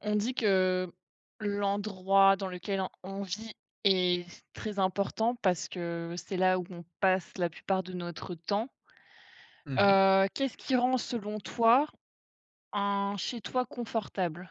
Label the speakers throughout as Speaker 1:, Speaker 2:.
Speaker 1: On dit que l'endroit dans lequel on vit est très important parce que c'est là où on passe la plupart de notre temps.
Speaker 2: Mmh.
Speaker 1: Qu'est-ce qui rend, selon toi, un chez toi confortable?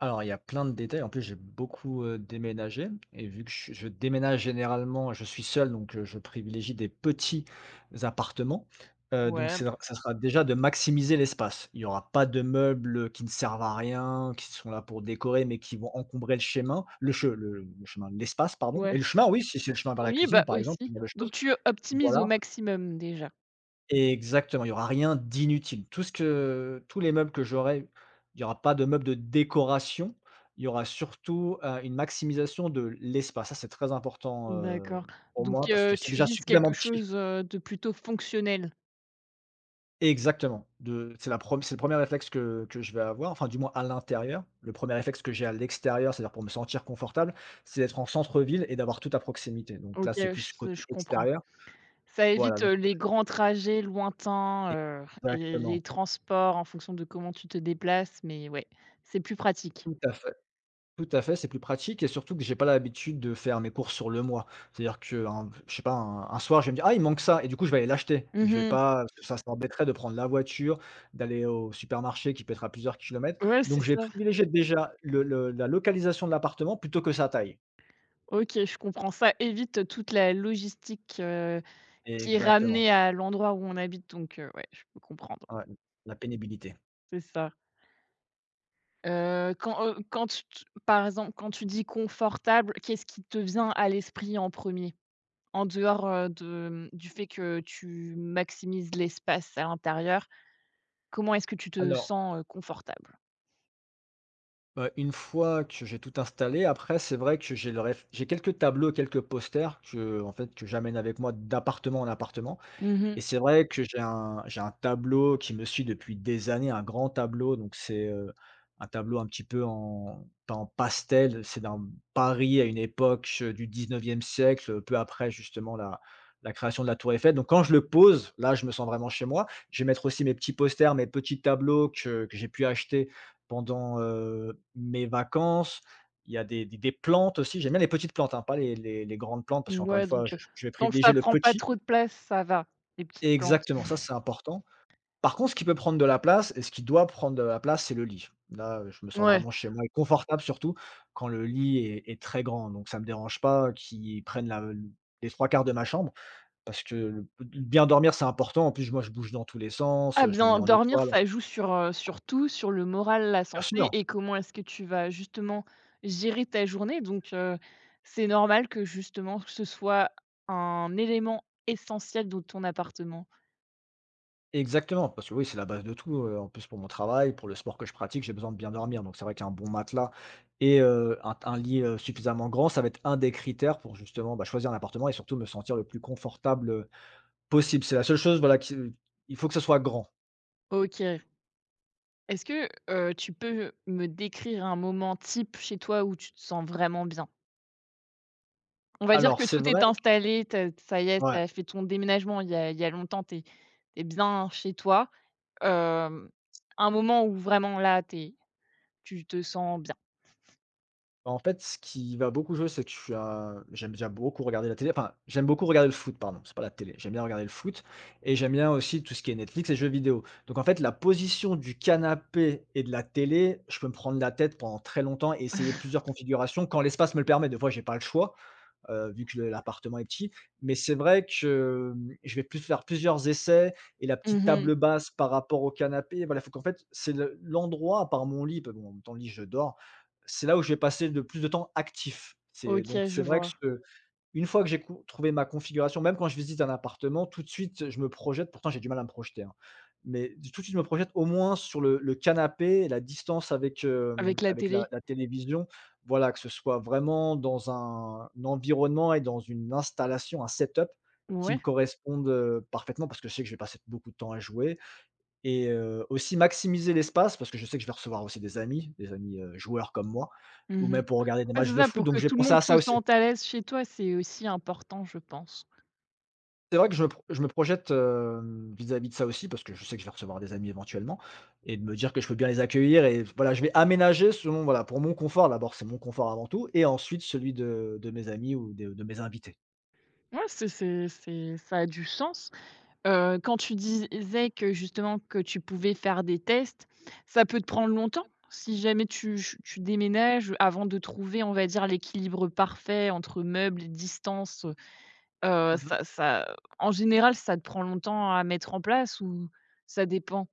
Speaker 2: Alors il y a plein de détails. En plus, j'ai beaucoup, déménagé et vu que je déménage généralement, je suis seul, donc je privilégie des petits appartements. Donc
Speaker 1: Ouais,
Speaker 2: c'est ça sera déjà de maximiser l'espace. Il y aura pas de meubles, qui ne servent à rien, qui sont là pour décorer, mais qui vont encombrer le chemin le che le chemin, l'espace, pardon et
Speaker 1: ouais.
Speaker 2: le chemin, oui, si c'est le chemin vers la
Speaker 1: Oui, bah,
Speaker 2: cuisine, par exemple,
Speaker 1: aussi.
Speaker 2: ce genre de
Speaker 1: Donc
Speaker 2: choses.
Speaker 1: tu optimises au
Speaker 2: Voilà.
Speaker 1: maximum déjà.
Speaker 2: Exactement, il y aura rien d'inutile. Tout ce que tous les meubles que j'aurai, il y aura pas de meubles de décoration, il y aura surtout, une maximisation de l'espace. Ça, c'est très important,
Speaker 1: D'accord.
Speaker 2: pour
Speaker 1: Donc
Speaker 2: moi parce que c'est
Speaker 1: tu
Speaker 2: déjà
Speaker 1: vises
Speaker 2: suffisamment
Speaker 1: quelque
Speaker 2: petit.
Speaker 1: chose, de plutôt fonctionnel.
Speaker 2: Exactement, de c'est la prem c'est le premier réflexe que je vais avoir, enfin, du moins à l'intérieur. Le premier réflexe que j'ai à l'extérieur, c'est-à-dire pour me sentir confortable, c'est d'être en centre-ville et d'avoir tout à proximité. Donc
Speaker 1: OK,
Speaker 2: là, c'est plus
Speaker 1: je
Speaker 2: côté
Speaker 1: je comprends.
Speaker 2: extérieur.
Speaker 1: Ça
Speaker 2: Voilà,
Speaker 1: évite,
Speaker 2: non
Speaker 1: les grands trajets lointains, les
Speaker 2: exactement,
Speaker 1: les transports en fonction de comment tu te déplaces, mais ouais, c'est plus pratique.
Speaker 2: tout à fait. Tout à fait, c'est plus pratique et surtout que j'ai pas l'habitude de faire mes courses sur le mois. C'est-à-dire qu'un je sais pas, un soir, je vais me dire: «Ah, il manque ça» et du coup, je vais aller l'acheter et je vais
Speaker 1: Mmh.
Speaker 2: pas parce que ça m'embêterait de prendre la voiture, d'aller au supermarché qui peut être à plusieurs kilomètres.
Speaker 1: Ouais, c'est
Speaker 2: Donc j'ai
Speaker 1: ça.
Speaker 2: privilégié déjà le la localisation de l'appartement plutôt que sa taille.
Speaker 1: OK, je comprends. Ça évite toute la logistique, qui est
Speaker 2: Exactement,
Speaker 1: ramenée à l'endroit où on habite, donc ouais, je peux comprendre.
Speaker 2: ouais, la pénibilité.
Speaker 1: C'est ça. Quand, quand tu tu par exemple, Quand tu dis confortable, qu'est-ce qui te vient à l'esprit en premier? En dehors, de, du fait que tu maximises l'espace à l'intérieur. Comment est-ce que tu te
Speaker 2: Alors,
Speaker 1: sens, confortable?
Speaker 2: une fois que j'ai tout installé, après, c'est vrai que j'ai quelques tableaux, quelques posters que, en fait, que j'amène avec moi d'appartement en appartement.
Speaker 1: Mmh.
Speaker 2: Et c'est vrai que j'ai un tableau qui me suit depuis des années, un grand tableau, donc c'est, un tableau un petit peu en pas en pastel, c'est d'un Paris à une époque, du 19e siècle, peu après justement la création de la Tour Eiffel. Donc quand je le pose, là, je me sens vraiment chez moi. Je vais mettre aussi mes petits posters, mes petits tableaux que j'ai pu acheter pendant, mes vacances. Il y a des plantes aussi, j'aime bien les petites plantes, hein, pas les grandes plantes parce qu'encore une
Speaker 1: Ouais, donc
Speaker 2: fois, je je vais
Speaker 1: tant que
Speaker 2: privilégier
Speaker 1: ça
Speaker 2: le
Speaker 1: prend pas
Speaker 2: petit.
Speaker 1: trop de place, ça va, les petites plantes.
Speaker 2: Exactement, ça c'est important. Par contre, ce qui peut prendre de la place et ce qui doit prendre de la place, c'est le lit. Là, je me sens
Speaker 1: Ouais.
Speaker 2: vraiment chez moi et confortable surtout quand le lit est très grand. Donc ça me dérange pas qu'ils prennent la les 3 quarts de ma chambre parce que bien dormir, c'est important. En plus, moi, je bouge dans tous les
Speaker 1: Ah
Speaker 2: sens, je me
Speaker 1: bien,
Speaker 2: mets en
Speaker 1: dormir,
Speaker 2: étoile.
Speaker 1: ça joue sur, sur tout, sur le moral, la
Speaker 2: Bien
Speaker 1: santé
Speaker 2: sûr.
Speaker 1: et comment est-ce que tu vas justement gérer ta journée, donc c'est normal que justement ce soit un élément essentiel de ton appartement.
Speaker 2: Exactement, parce que oui, c'est la base de tout, en plus pour mon travail, pour le sport que je pratique, j'ai besoin de bien dormir, donc c'est vrai qu'un bon matelas et un lit, suffisamment grand, ça va être un des critères pour justement, bah, choisir un appartement et surtout me sentir le plus confortable, possible. C'est la seule chose voilà qui il faut que ce soit grand.
Speaker 1: OK. Est-ce que, tu peux me décrire un moment type chez toi où tu te sens vraiment bien? On va dire
Speaker 2: Alors
Speaker 1: que
Speaker 2: c'est
Speaker 1: tout est
Speaker 2: vrai
Speaker 1: installé, tu ça y est, tu
Speaker 2: ouais.
Speaker 1: as fait ton déménagement il y a longtemps, tu es bien chez toi, hem, un moment où vraiment là, tu te sens bien.
Speaker 2: En fait, ce qui va beaucoup jouer, c'est que je suis un j'aime déjà beaucoup regarder la télé, enfin, j'aime beaucoup regarder le foot, pardon, c'est pas la télé. J'aime bien regarder le foot et j'aime bien aussi tout ce qui est Netflix et jeux vidéo. Donc en fait, la position du canapé et de la télé, je peux me prendre la tête pendant très longtemps et essayer plusieurs configurations quand l'espace me le permet. Des fois, j'ai pas le choix, vu que le l'appartement est petit. Mais c'est vrai que, je vais plus faire plusieurs essais et la petite
Speaker 1: Mmh.
Speaker 2: table basse par rapport au canapé, voilà, faut qu'en fait, c'est le l'endroit à part mon lit, parce que bon, en temps, le lit, je dors, c'est là où je vais passer le plus de temps actif. C'est donc
Speaker 1: OK, je
Speaker 2: c'est vrai que
Speaker 1: vois.
Speaker 2: ce une fois que j'ai co trouvé ma configuration, même quand je visite un appartement, tout de suite, je me projette. Pourtant, j'ai du mal à me projeter, hein, mais tout de suite, je me projette au moins sur le canapé, la distance avec,
Speaker 1: Avec la
Speaker 2: avec
Speaker 1: télé?
Speaker 2: la télévision. Voilà, que ce soit vraiment dans un environnement et dans une installation, un setup qui me
Speaker 1: Ouais.
Speaker 2: corresponde, parfaitement parce que je sais que je vais passer beaucoup de temps à jouer et aussi maximiser l'espace parce que je sais que je vais recevoir aussi des amis, joueurs comme moi ou
Speaker 1: Mmh.
Speaker 2: même pour regarder des
Speaker 1: Ouais,
Speaker 2: matchs
Speaker 1: c'est
Speaker 2: de
Speaker 1: ça,
Speaker 2: foot,
Speaker 1: pour que
Speaker 2: donc j'ai
Speaker 1: tout le
Speaker 2: pensé
Speaker 1: monde
Speaker 2: à
Speaker 1: se
Speaker 2: ça aussi.
Speaker 1: sente à l'aise chez toi, c'est aussi important, je pense.
Speaker 2: C'est vrai que je me projette, vis-à-vis de ça aussi, parce que je sais que je vais recevoir des amis éventuellement et de me dire que je peux bien les accueillir et voilà, je vais aménager selon voilà, pour mon confort d'abord, c'est mon confort avant tout et ensuite celui de mes amis ou de mes invités.
Speaker 1: Ouais, c'est ça a du sens. Quand tu disais que justement que tu pouvais faire des tests, ça peut te prendre longtemps? Si jamais tu déménages avant de trouver, on va dire, l'équilibre parfait entre meubles et distance,
Speaker 2: Mmh.
Speaker 1: ça en général, ça te prend longtemps à mettre en place ou ça dépend?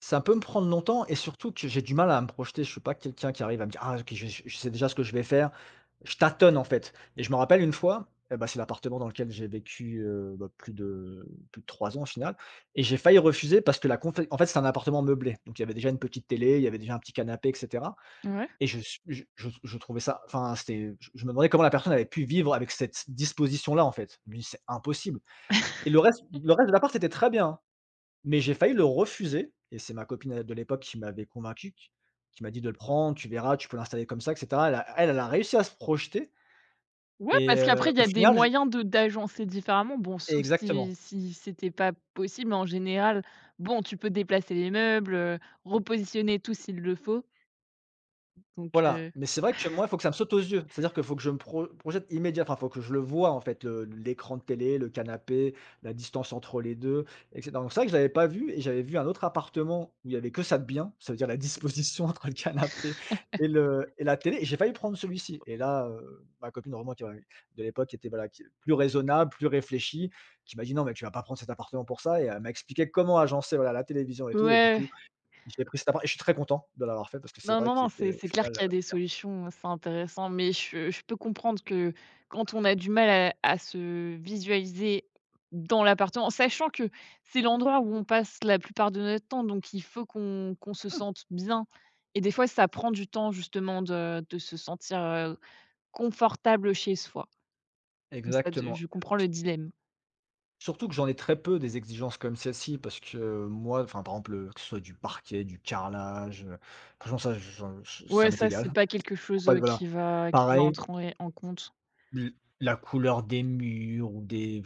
Speaker 2: Ça peut me prendre longtemps et surtout que j'ai du mal à me projeter. Je suis pas quelqu'un qui arrive à me dire: «Ah OK, je sais déjà ce que je vais faire». Je tâtonne, en fait et je me rappelle une fois, eh bah, c'est l'appartement dans lequel j'ai vécu, bah, plus de 3 ans au final et j'ai failli refuser parce que la confé en fait, c'est un appartement meublé, donc il y avait déjà une petite télé, il y avait déjà un petit canapé et cetera
Speaker 1: Ouais.
Speaker 2: et je trouvais ça enfin, c'était je me demandais comment la personne avait pu vivre avec cette disposition-là, en fait. Mais «C'est impossible» et le reste de l'appart était très bien, hein. Mais j'ai failli le refuser et c'est ma copine, de l'époque qui m'avait convaincu, qui m'a dit de le prendre: «Tu verras, tu peux l'installer comme ça» et cetera. Elle, elle a réussi à se projeter
Speaker 1: Ouais,
Speaker 2: et
Speaker 1: parce qu'après il y
Speaker 2: au
Speaker 1: a des
Speaker 2: final, j
Speaker 1: moyens de d'agencer différemment. Bon, sauf si
Speaker 2: exactement.
Speaker 1: si c'était pas possible, mais en général, bon, tu peux déplacer les meubles, repositionner tout s'il le faut, donc
Speaker 2: Voilà, mais c'est vrai que moi, il faut que ça me saute aux yeux. C'est-à-dire qu'il faut que je me pro projette immédiat enfin, il faut que je le vois en fait, le l'écran de télé, le canapé, la distance entre les 2, et cetera. Donc c'est vrai que je l'avais pas vu et j'avais vu un autre appartement où il y avait que ça de bien, ça veut dire la disposition entre le canapé et le et la télé et j'ai failli prendre celui-ci et là, ma copine vraiment qui avait de l'époque qui était, voilà, qui plus raisonnable, plus réfléchie, qui m'a dit: «Non mais tu vas pas prendre cet appartement pour ça» et elle m'a expliqué comment agencer, voilà, la télévision et tout et du
Speaker 1: ouais.
Speaker 2: coup, j'ai pris cet appart et je suis très content de l'avoir fait parce que c'est
Speaker 1: Non,
Speaker 2: vrai
Speaker 1: non,
Speaker 2: qu'il
Speaker 1: non,
Speaker 2: était,
Speaker 1: c'est
Speaker 2: au
Speaker 1: clair
Speaker 2: final,
Speaker 1: qu'il y a des solutions, c'est intéressant, mais je peux comprendre que quand on a du mal à se visualiser dans l'appartement, sachant que c'est l'endroit où on passe la plupart de notre temps, donc il faut qu'on se sente bien. Et des fois, ça prend du temps justement de se sentir, confortable chez soi. Donc ça de
Speaker 2: exactement.
Speaker 1: je comprends le dilemme.
Speaker 2: Surtout que j'en ai très peu des exigences comme celle-ci parce que moi, enfin, par exemple, que ce soit du parquet, du carrelage, franchement ça j'en j ça
Speaker 1: Ouais,
Speaker 2: m'est
Speaker 1: ça, c'est
Speaker 2: égal.
Speaker 1: pas quelque
Speaker 2: Faut
Speaker 1: chose,
Speaker 2: pas voilà.
Speaker 1: qui va
Speaker 2: Pareil,
Speaker 1: entrer en compte.
Speaker 2: l la couleur des murs ou des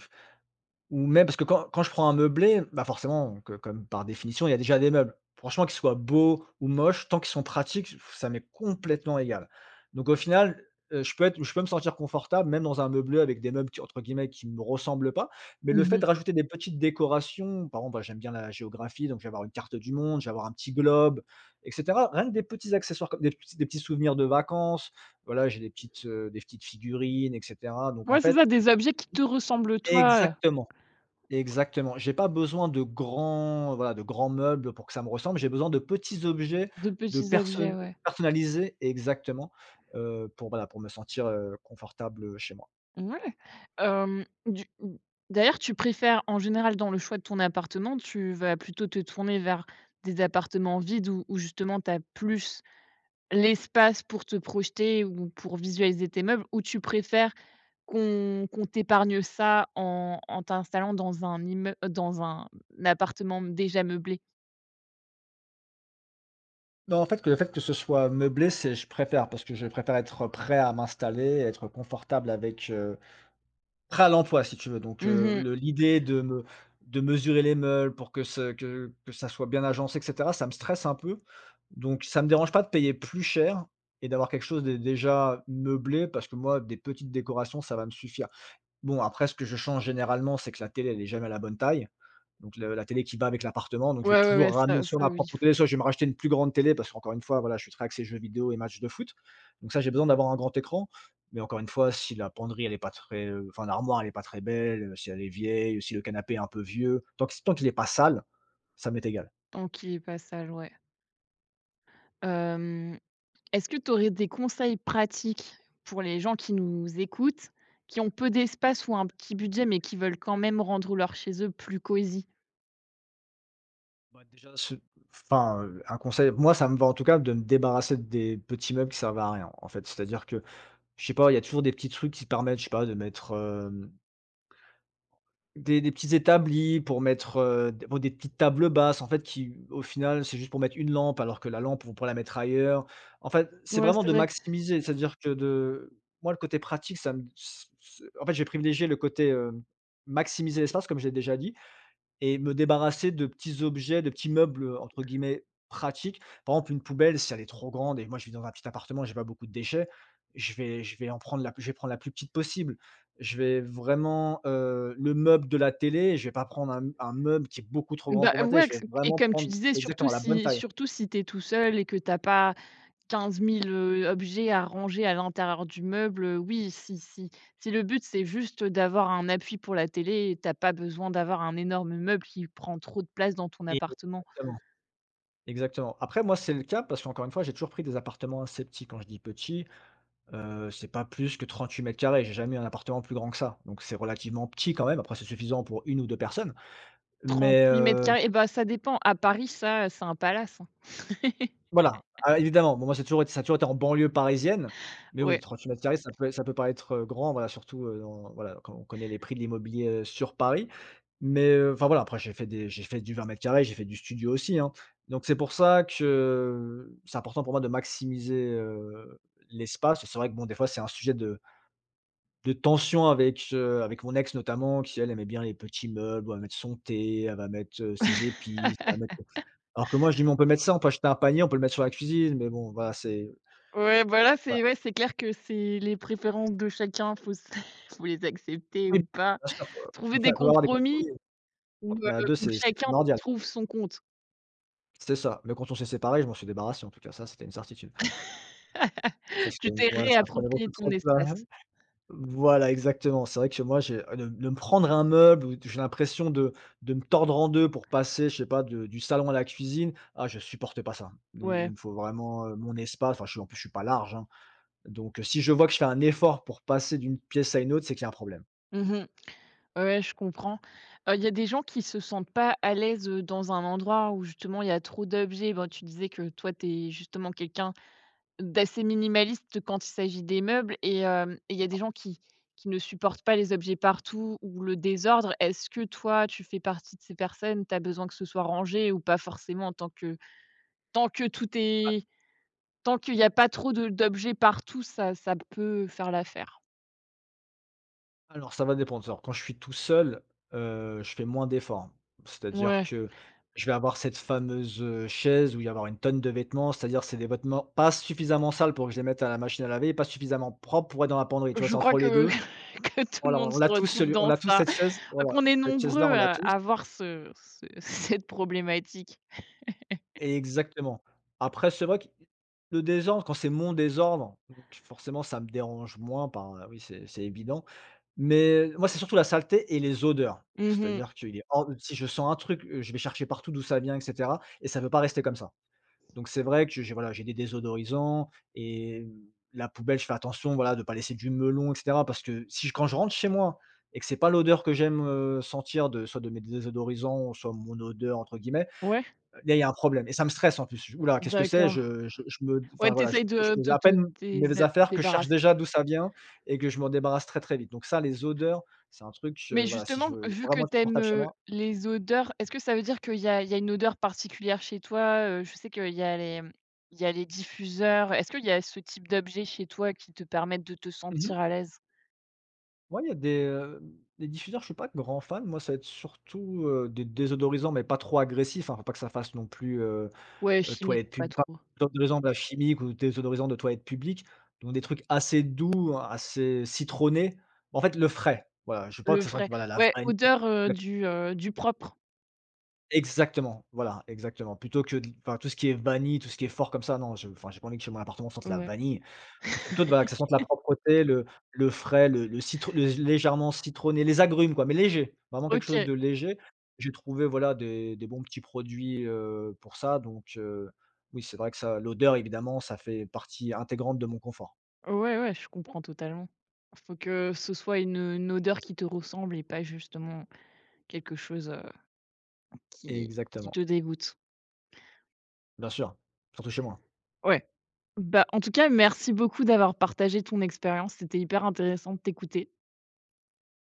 Speaker 2: ou même parce que quand je prends un meublé, bah, forcément, que comme par définition, il y a déjà des meubles. Franchement, qu'ils soient beaux ou moches, tant qu'ils sont pratiques, ça m'est complètement égal. Donc au final, je peux me sentir confortable même dans un meublé avec des meubles qui entre guillemets «qui me ressemblent pas», mais le fait
Speaker 1: Mmh.
Speaker 2: de rajouter des petites décorations, par exemple, bah, j'aime bien la géographie, donc je vais avoir une carte du monde, je vais avoir un petit globe et cetera. Rien que des petits accessoires comme des petits souvenirs de vacances, voilà, j'ai des petites figurines et cetera. Donc en
Speaker 1: Ouais, c'est
Speaker 2: fait
Speaker 1: ça, des objets qui te ressemblent toi,
Speaker 2: exactement. Exactement. J'ai pas besoin de grands, voilà, de grands meubles pour que ça me ressemble. J'ai besoin de petits objets,
Speaker 1: de
Speaker 2: de
Speaker 1: petits objets,
Speaker 2: perso
Speaker 1: ouais.
Speaker 2: personnalisés exactement, pour, voilà, pour me sentir, confortable, chez moi.
Speaker 1: Ouais, hem, du d'ailleurs, tu préfères en général dans le choix de ton appartement, tu vas plutôt te tourner vers des appartements vides où justement tu as plus l'espace pour te projeter ou pour visualiser tes meubles, ou tu préfères qu'on t'épargne ça en t'installant dans un immeu dans un appartement déjà meublé?
Speaker 2: Non, en fait, que le fait que ce soit meublé, c'est je préfère parce que je préfère être prêt à m'installer, être confortable avec, heu. Prêt à l'emploi si tu veux, donc
Speaker 1: Mmh mh.
Speaker 2: le l'idée de me de mesurer les meules pour que ce que ça soit bien agencé et cetera, ça me stresse un peu. Donc ça me dérange pas de payer plus cher et d'avoir quelque chose de déjà meublé parce que moi, des petites décorations, ça va me suffire. Bon après ce que je change généralement, c'est que la télé, elle est jamais à la bonne taille. Donc le la télé qui va avec l'appartement, donc je vais
Speaker 1: Ouais, ouais, ouais,
Speaker 2: toujours ramener
Speaker 1: ça
Speaker 2: soit
Speaker 1: ça
Speaker 2: ma
Speaker 1: oui,
Speaker 2: propre
Speaker 1: faut
Speaker 2: télé, soit je vais me racheter une plus grande télé parce qu'encore une fois, voilà, je suis très axé jeux vidéo et matchs de foot. Donc ça, j'ai besoin d'avoir un grand écran, mais encore une fois, si la penderie, elle est pas très, enfin l'armoire, elle est pas très belle, si elle est vieille, si le canapé est un peu vieux, tant qu'il est pas sale, ça m'est égal.
Speaker 1: tant qu'il y ait passage, ouais. Hem Est-ce que tu aurais des conseils pratiques pour les gens qui nous écoutent, qui ont peu d'espace ou un petit budget, mais qui veulent quand même rendre leur chez eux plus cosy?
Speaker 2: Bah, déjà un conseil, moi ça me va en tout cas de me débarrasser des petits meubles qui servent à rien, en fait. C'est-à-dire que, je sais pas, il y a toujours des petits trucs qui permettent, je sais pas, de mettre, euh, des petits établis pour mettre, des petites tables basses en fait qui, au final, c'est juste pour mettre une lampe alors que la lampe, on pourrait la mettre ailleurs. En fait, c'est
Speaker 1: Ouais,
Speaker 2: vraiment
Speaker 1: c'est
Speaker 2: de
Speaker 1: vrai.
Speaker 2: maximiser, c'est-à-dire que de moi, le côté pratique, ça me s s en fait, j'ai privilégié le côté, maximiser l'espace comme je l'ai déjà dit et me débarrasser de petits objets, de petits meubles, entre guillemets «pratiques». Par exemple, une poubelle, si elle est trop grande et moi je vis dans un petit appartement, j'ai pas beaucoup de déchets, je vais prendre la plus petite possible. Je vais vraiment, le meuble de la télé, je vais pas prendre un meuble qui est beaucoup trop grand
Speaker 1: Bah,
Speaker 2: pour ma télé,
Speaker 1: ouais,
Speaker 2: je vais
Speaker 1: que et
Speaker 2: vraiment
Speaker 1: comme tu
Speaker 2: prendre
Speaker 1: disais, surtout
Speaker 2: exactement la bonne
Speaker 1: si
Speaker 2: taille.
Speaker 1: surtout si tu es tout seul et que t'as pas 15 000, objets à ranger à l'intérieur du meuble, oui, si le but, c'est juste d'avoir un appui pour la télé, tu as pas besoin d'avoir un énorme meuble qui prend trop de place dans ton appartement.
Speaker 2: Exactement, exactement. Après moi, c'est le cas parce qu'encore une fois, j'ai toujours pris des appartements assez petits. Quand je dis petit. C'est pas plus que 38 mètres carrés, j'ai jamais eu un appartement plus grand que ça, donc c'est relativement petit quand même. Après c'est suffisant pour une ou 2 personnes, mais
Speaker 1: 38 mètres carrés. Et bah, ça dépend. À Paris, ça, c'est un palace, hein.
Speaker 2: voilà. Ah évidemment, bon moi c'est toujours été ça a toujours été en banlieue parisienne, mais oui
Speaker 1: Ouais.
Speaker 2: 38 mètres carrés ça peut paraître, grand, voilà, surtout, dans voilà, quand on connaît les prix de l'immobilier, sur Paris, mais enfin voilà, après j'ai fait du 20 mètres carrés, j'ai fait du studio aussi, hein, donc c'est pour ça que c'est important pour moi de maximiser, l'espace. C'est vrai que bon des fois c'est un sujet de tension avec, avec mon ex notamment qui elle aimait bien les petits meubles où elle va mettre son thé, elle va mettre, ses épices, elle va mettre alors que moi je dis: «Mais on peut mettre ça, on peut acheter un panier, on peut le mettre sur la cuisine», mais bon voilà, c'est
Speaker 1: Ouais, voilà,
Speaker 2: voilà.
Speaker 1: c'est ouais, c'est clair que c'est les préférences de chacun, faut s faut les accepter
Speaker 2: Oui,
Speaker 1: ou pas.
Speaker 2: bien sûr, bien
Speaker 1: Trouver
Speaker 2: faut
Speaker 1: des
Speaker 2: faire faut avoir des
Speaker 1: compromis
Speaker 2: compromis,
Speaker 1: où,
Speaker 2: quand
Speaker 1: heu,
Speaker 2: on est à 2,
Speaker 1: où
Speaker 2: c'est
Speaker 1: chacun
Speaker 2: primordial.
Speaker 1: trouve son compte.
Speaker 2: C'est ça, mais quand on s'est séparés, je m'en suis débarrassé en tout cas, ça c'était une certitude. Parce que
Speaker 1: Tu t'es
Speaker 2: voilà, ça prenait
Speaker 1: réapproprié
Speaker 2: beaucoup
Speaker 1: ton
Speaker 2: trop de place.
Speaker 1: espace.
Speaker 2: Voilà, exactement. C'est vrai que moi, j'ai de me prendre un meuble où j'ai l'impression de me tordre en 2 pour passer, je sais pas, de du salon à la cuisine. Ah, je supporte pas ça. Il
Speaker 1: Ouais.
Speaker 2: me faut vraiment, mon espace. Enfin, je suis en plus, je suis pas large, hein. Donc, si je vois que je fais un effort pour passer d'une pièce à une autre, c'est qu'il y a un problème. Ah
Speaker 1: Mmh. Ouais, je comprends. Il y a des gens qui se sentent pas à l'aise, dans un endroit où justement il y a trop d'objets. Bon, tu disais que toi, tu es justement quelqu'un d'assez minimaliste quand il s'agit des meubles, et il y a des gens qui ne supportent pas les objets partout ou le désordre. Est-ce que toi, tu fais partie de ces personnes? Tu as besoin que ce soit rangé ou pas forcément? Tant que tout est Tant qu'il y a pas trop de d'objets partout, ça peut faire l'affaire.
Speaker 2: alors ça va dépendre. Alors quand je suis tout seul, je fais moins d'efforts. C'est-à-dire
Speaker 1: Ouais,
Speaker 2: que je vais avoir cette fameuse, chaise où il va y avoir une tonne de vêtements, c'est-à-dire c'est des vêtements pas suffisamment sales pour que je les mette à la machine à laver et pas suffisamment propres pour être dans la penderie. Tu vois?
Speaker 1: je
Speaker 2: C'est
Speaker 1: crois
Speaker 2: entre les
Speaker 1: que
Speaker 2: 2.
Speaker 1: que tout le
Speaker 2: Voilà,
Speaker 1: monde se retrouve
Speaker 2: on
Speaker 1: dans
Speaker 2: l'a tous
Speaker 1: ça,
Speaker 2: cette chaise, voilà,
Speaker 1: qu'on est
Speaker 2: cette chaise-là,
Speaker 1: nombreux
Speaker 2: on l'a
Speaker 1: à
Speaker 2: tous.
Speaker 1: avoir ce ce cette problématique.
Speaker 2: Et exactement. Après c'est vrai que le désordre, quand c'est mon désordre, donc forcément ça me dérange moins par, ah oui, c'est évident. Mais moi, c'est surtout la saleté et les odeurs.
Speaker 1: Mmh.
Speaker 2: C'est-à-dire qu'il est hors si je sens un truc, je vais chercher partout d'où ça vient et cetera et ça peut pas rester comme ça. Donc c'est vrai que j'ai voilà, j'ai des désodorisants et mmh, la poubelle, je fais attention, voilà, de pas laisser du melon et cetera parce que si quand je rentre chez moi et que c'est pas l'odeur que j'aime, sentir de soit de mes désodorisants, soit «mon odeur» entre guillemets,
Speaker 1: Ouais,
Speaker 2: il y a un problème et ça me stresse en plus. Ouh là, qu'est-ce que c'est?
Speaker 1: d'accord.
Speaker 2: Je me
Speaker 1: Ouais,
Speaker 2: enfin voilà,
Speaker 1: t'essayes
Speaker 2: je
Speaker 1: de
Speaker 2: pose
Speaker 1: de
Speaker 2: à
Speaker 1: te
Speaker 2: peine
Speaker 1: dés
Speaker 2: mes affaires que je cherche
Speaker 1: débarrasser de
Speaker 2: déjà
Speaker 1: ça.
Speaker 2: d'où ça vient et que je m'en débarrasse très, très vite. Donc ça, les odeurs, c'est un truc, je
Speaker 1: Mais
Speaker 2: voilà, si
Speaker 1: justement,
Speaker 2: je veux
Speaker 1: vu que
Speaker 2: vraiment être
Speaker 1: tu aimes,
Speaker 2: confortable chez moi.
Speaker 1: les odeurs, est-ce que ça veut dire qu'il y a une odeur particulière chez toi? Je sais qu'il y a les diffuseurs. Est-ce qu'il y a ce type d'objet chez toi qui te permettent de te
Speaker 2: Mmh mh.
Speaker 1: sentir à l'aise?
Speaker 2: Ouais, il y a des diffuseurs, je suis pas grand fan. Moi, ça va être surtout, des désodorisants, mais pas trop agressifs, hein. Faut pas que ça fasse non plus, euh,
Speaker 1: Ouais, chimique,
Speaker 2: Toilettes
Speaker 1: pas
Speaker 2: publiques, enfin,
Speaker 1: trop.
Speaker 2: désodorisants, bah, chimiques ou désodorisants de toilettes publiques, donc des trucs assez doux, assez citronnés. En fait, le frais, voilà, je veux pas
Speaker 1: Le
Speaker 2: que ça sente,
Speaker 1: vrai.
Speaker 2: voilà, la
Speaker 1: Ouais,
Speaker 2: vanille.
Speaker 1: odeur, du propre.
Speaker 2: Exactement, voilà, exactement. Plutôt que de enfin, tout ce qui est vanille, tout ce qui est fort comme ça, non, j'ai pas envie que chez mon appartement sente la
Speaker 1: Ouais.
Speaker 2: vanille. Donc c'est plutôt de voilà, que ça sente la propreté, le frais, le citron le légèrement citronné, les agrumes quoi, mais léger, vraiment quelque chose
Speaker 1: OK.
Speaker 2: de léger. J'ai trouvé voilà des bons petits produits, pour ça donc oui, c'est vrai que ça l'odeur évidemment, ça fait partie intégrante de mon confort.
Speaker 1: Ouais, ouais, je comprends totalement. Faut que ce soit une odeur qui te ressemble et pas justement quelque chose, qui qui
Speaker 2: Exactement,
Speaker 1: te dégoûte.
Speaker 2: bien sûr, surtout chez moi.
Speaker 1: Ouais. Bah, en tout cas, merci beaucoup d'avoir partagé ton expérience. C'était hyper intéressant de t'écouter.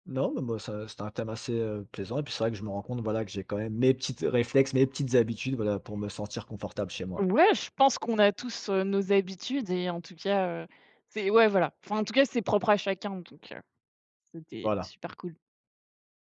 Speaker 2: Non, mais moi, ça c'était un thème assez, plaisant et puis c'est vrai que je me rends compte, voilà, que j'ai quand même mes petites réflexes, mes petites habitudes, voilà, pour me sentir confortable chez moi.
Speaker 1: Ouais, je pense qu'on a tous, nos habitudes et en tout cas, c'est ouais, voilà. Enfin, en tout cas, c'est propre à chacun, donc c'était
Speaker 2: Voilà.
Speaker 1: super cool.